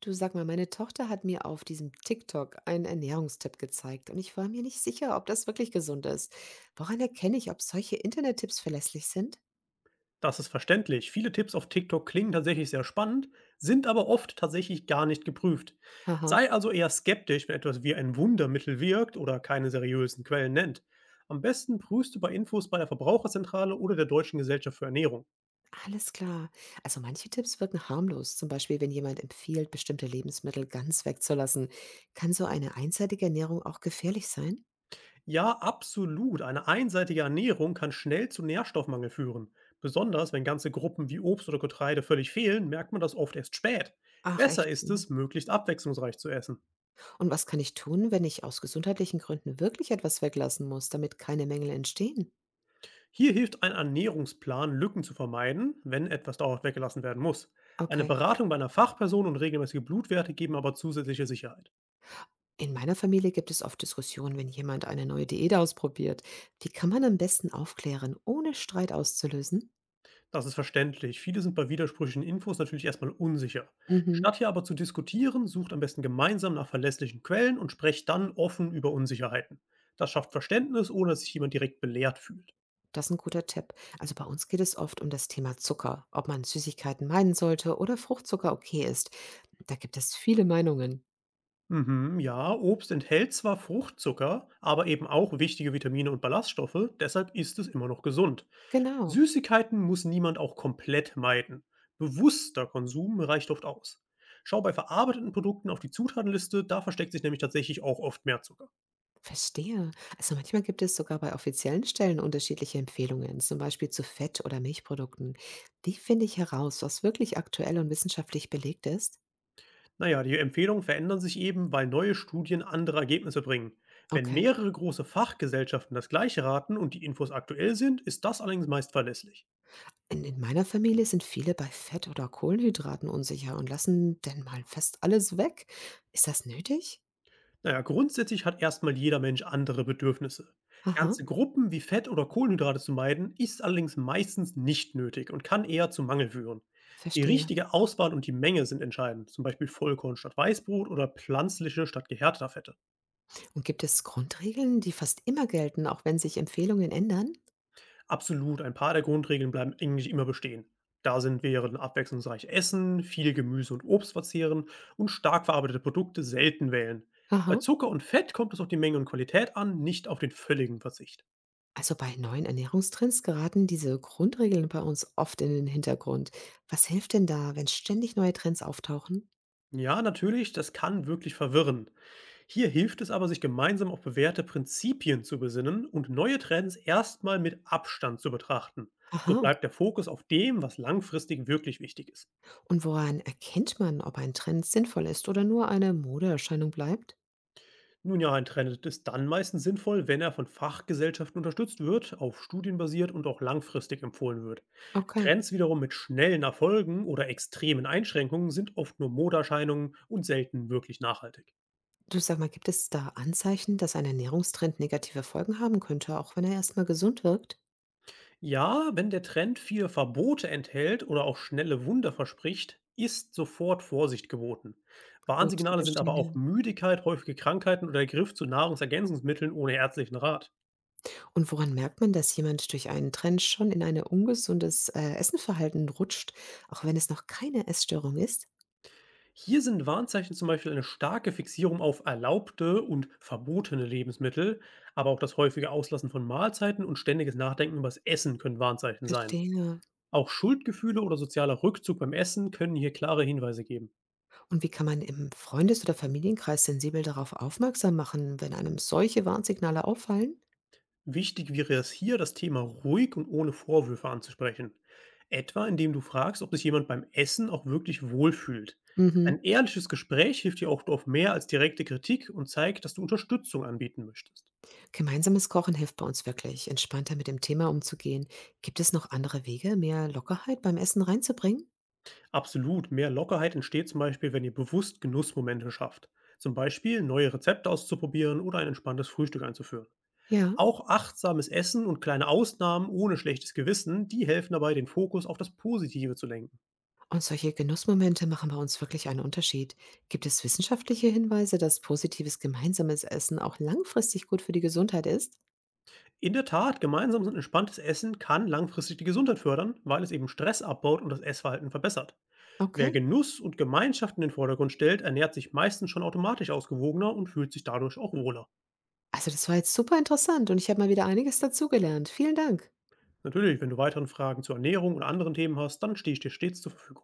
Du sag mal, meine Tochter hat mir auf diesem TikTok einen Ernährungstipp gezeigt und ich war mir nicht sicher, ob das wirklich gesund ist. Woran erkenne ich, ob solche Internettipps verlässlich sind? Das ist verständlich. Viele Tipps auf TikTok klingen tatsächlich sehr spannend, sind aber oft tatsächlich gar nicht geprüft. Haha, Sei also eher skeptisch, wenn etwas wie ein Wundermittel wirkt oder keine seriösen Quellen nennt. Am besten prüfst du bei Infos bei der Verbraucherzentrale oder der Deutschen Gesellschaft für Ernährung. alles klar. Also manche Tipps wirken harmlos, zum Beispiel wenn jemand empfiehlt, bestimmte Lebensmittel ganz wegzulassen. Kann so eine einseitige Ernährung auch gefährlich sein? Ja, absolut. Eine einseitige Ernährung kann schnell zu Nährstoffmangel führen. Besonders wenn ganze Gruppen wie Obst oder Getreide völlig fehlen, merkt man das oft erst spät. Ach Besser echt. ist Ja. es, möglichst abwechslungsreich zu essen. Und was kann ich tun, wenn ich aus gesundheitlichen Gründen wirklich etwas weglassen muss, damit keine Mängel entstehen? Hier hilft ein Ernährungsplan, Lücken zu vermeiden, wenn etwas dauerhaft weggelassen werden muss. Eine Okay. Beratung bei einer Fachperson und regelmäßige Blutwerte geben aber zusätzliche Sicherheit. In meiner Familie gibt es oft Diskussionen, wenn jemand eine neue Diät ausprobiert. Wie kann man am besten aufklären, ohne Streit auszulösen? Das ist verständlich. Viele sind bei widersprüchlichen Infos natürlich erstmal unsicher. Mhm. Statt hier aber zu diskutieren, sucht am besten gemeinsam nach verlässlichen Quellen und sprecht dann offen über Unsicherheiten. Das schafft Verständnis, ohne dass sich jemand direkt belehrt fühlt. Das ist ein guter Tipp. Also bei uns geht es oft um das Thema Zucker, ob man Süßigkeiten meiden sollte oder Fruchtzucker okay ist. Da gibt es viele Meinungen. Mhm, ja, Obst enthält zwar Fruchtzucker, aber eben auch wichtige Vitamine und Ballaststoffe, deshalb ist es immer noch gesund. Genau. Süßigkeiten muss niemand auch komplett meiden. Bewusster Konsum reicht oft aus. Schau bei verarbeiteten Produkten auf die Zutatenliste, da versteckt sich nämlich tatsächlich auch oft mehr Zucker. Verstehe. Also manchmal gibt es sogar bei offiziellen Stellen unterschiedliche Empfehlungen, zum Beispiel zu Fett- oder Milchprodukten. Wie finde ich heraus, was wirklich aktuell und wissenschaftlich belegt ist? Naja, die Empfehlungen verändern sich eben, weil neue Studien andere Ergebnisse bringen. Wenn Okay. mehrere große Fachgesellschaften das gleiche raten und die Infos aktuell sind, ist das allerdings meist verlässlich. In meiner Familie sind viele bei Fett oder Kohlenhydraten unsicher und lassen denn mal fast alles weg. Ist das nötig? Naja, grundsätzlich hat erstmal jeder Mensch andere Bedürfnisse. Aha, Ganze Gruppen wie Fett oder Kohlenhydrate zu meiden, ist allerdings meistens nicht nötig und kann eher zu Mangel führen. Die verstehe. richtige Auswahl und die Menge sind entscheidend, zum Beispiel Vollkorn statt Weißbrot oder pflanzliche statt gehärteter Fette. Und gibt es Grundregeln, die fast immer gelten, auch wenn sich Empfehlungen ändern? Absolut, ein paar der Grundregeln bleiben eigentlich immer bestehen. Da sind wären abwechslungsreich Essen, viel Gemüse und Obst verzehren und stark verarbeitete Produkte selten wählen. Bei Aha. Zucker und Fett kommt es auf die Menge und Qualität an, nicht auf den völligen Verzicht. Also bei neuen Ernährungstrends geraten diese Grundregeln bei uns oft in den Hintergrund. Was hilft denn da, wenn ständig neue Trends auftauchen? Ja, natürlich, das kann wirklich verwirren. Hier hilft es aber, sich gemeinsam auf bewährte Prinzipien zu besinnen und neue Trends erstmal mit Abstand zu betrachten. So Aha. bleibt der Fokus auf dem, was langfristig wirklich wichtig ist. Und woran erkennt man, ob ein Trend sinnvoll ist oder nur eine Modeerscheinung bleibt? Nun ja, ein Trend ist dann meistens sinnvoll, wenn er von Fachgesellschaften unterstützt wird, auf Studien basiert und auch langfristig empfohlen wird. Okay. Trends wiederum mit schnellen Erfolgen oder extremen Einschränkungen sind oft nur Modeerscheinungen und selten wirklich nachhaltig. Du sag mal, gibt es da Anzeichen, dass ein Ernährungstrend negative Folgen haben könnte, auch wenn er erst mal gesund wirkt? Ja, wenn der Trend viele Verbote enthält oder auch schnelle Wunder verspricht, ist sofort Vorsicht geboten. Gut, Warnsignale sind aber auch verstehe. Müdigkeit, häufige Krankheiten oder der Griff zu Nahrungsergänzungsmitteln ohne ärztlichen Rat. Und woran merkt man, dass jemand durch einen Trend schon in ein ungesundes Essenverhalten rutscht, auch wenn es noch keine Essstörung ist? Hier sind Warnzeichen zum Beispiel eine starke Fixierung auf erlaubte und verbotene Lebensmittel, aber auch das häufige Auslassen von Mahlzeiten und ständiges Nachdenken über das Essen können Warnzeichen sein. Verstehe. Auch Schuldgefühle oder sozialer Rückzug beim Essen können hier klare Hinweise geben. Und wie kann man im Freundes- oder Familienkreis sensibel darauf aufmerksam machen, wenn einem solche Warnsignale auffallen? Wichtig wäre es hier, das Thema ruhig und ohne Vorwürfe anzusprechen. Etwa indem du fragst, ob sich jemand beim Essen auch wirklich wohlfühlt. Ein Mhm. ehrliches Gespräch hilft dir auch oft mehr als direkte Kritik und zeigt, dass du Unterstützung anbieten möchtest. Gemeinsames Kochen hilft bei uns wirklich, entspannter mit dem Thema umzugehen. Gibt es noch andere Wege, mehr Lockerheit beim Essen reinzubringen? Absolut, mehr Lockerheit entsteht zum Beispiel, wenn ihr bewusst Genussmomente schafft. Zum Beispiel neue Rezepte auszuprobieren oder ein entspanntes Frühstück einzuführen. Ja. Auch achtsames Essen und kleine Ausnahmen ohne schlechtes Gewissen, die helfen dabei, den Fokus auf das Positive zu lenken. Und solche Genussmomente machen bei uns wirklich einen Unterschied. Gibt es wissenschaftliche Hinweise, dass positives gemeinsames Essen auch langfristig gut für die Gesundheit ist? In der Tat, gemeinsames und entspanntes Essen kann langfristig die Gesundheit fördern, weil es eben Stress abbaut und das Essverhalten verbessert. Wer Okay. Genuss und Gemeinschaft in den Vordergrund stellt, ernährt sich meistens schon automatisch ausgewogener und fühlt sich dadurch auch wohler. Also das war jetzt super interessant und ich habe mal wieder einiges dazugelernt. Vielen Dank. Natürlich, wenn du weiteren Fragen zur Ernährung und anderen Themen hast, dann stehe ich dir stets zur Verfügung.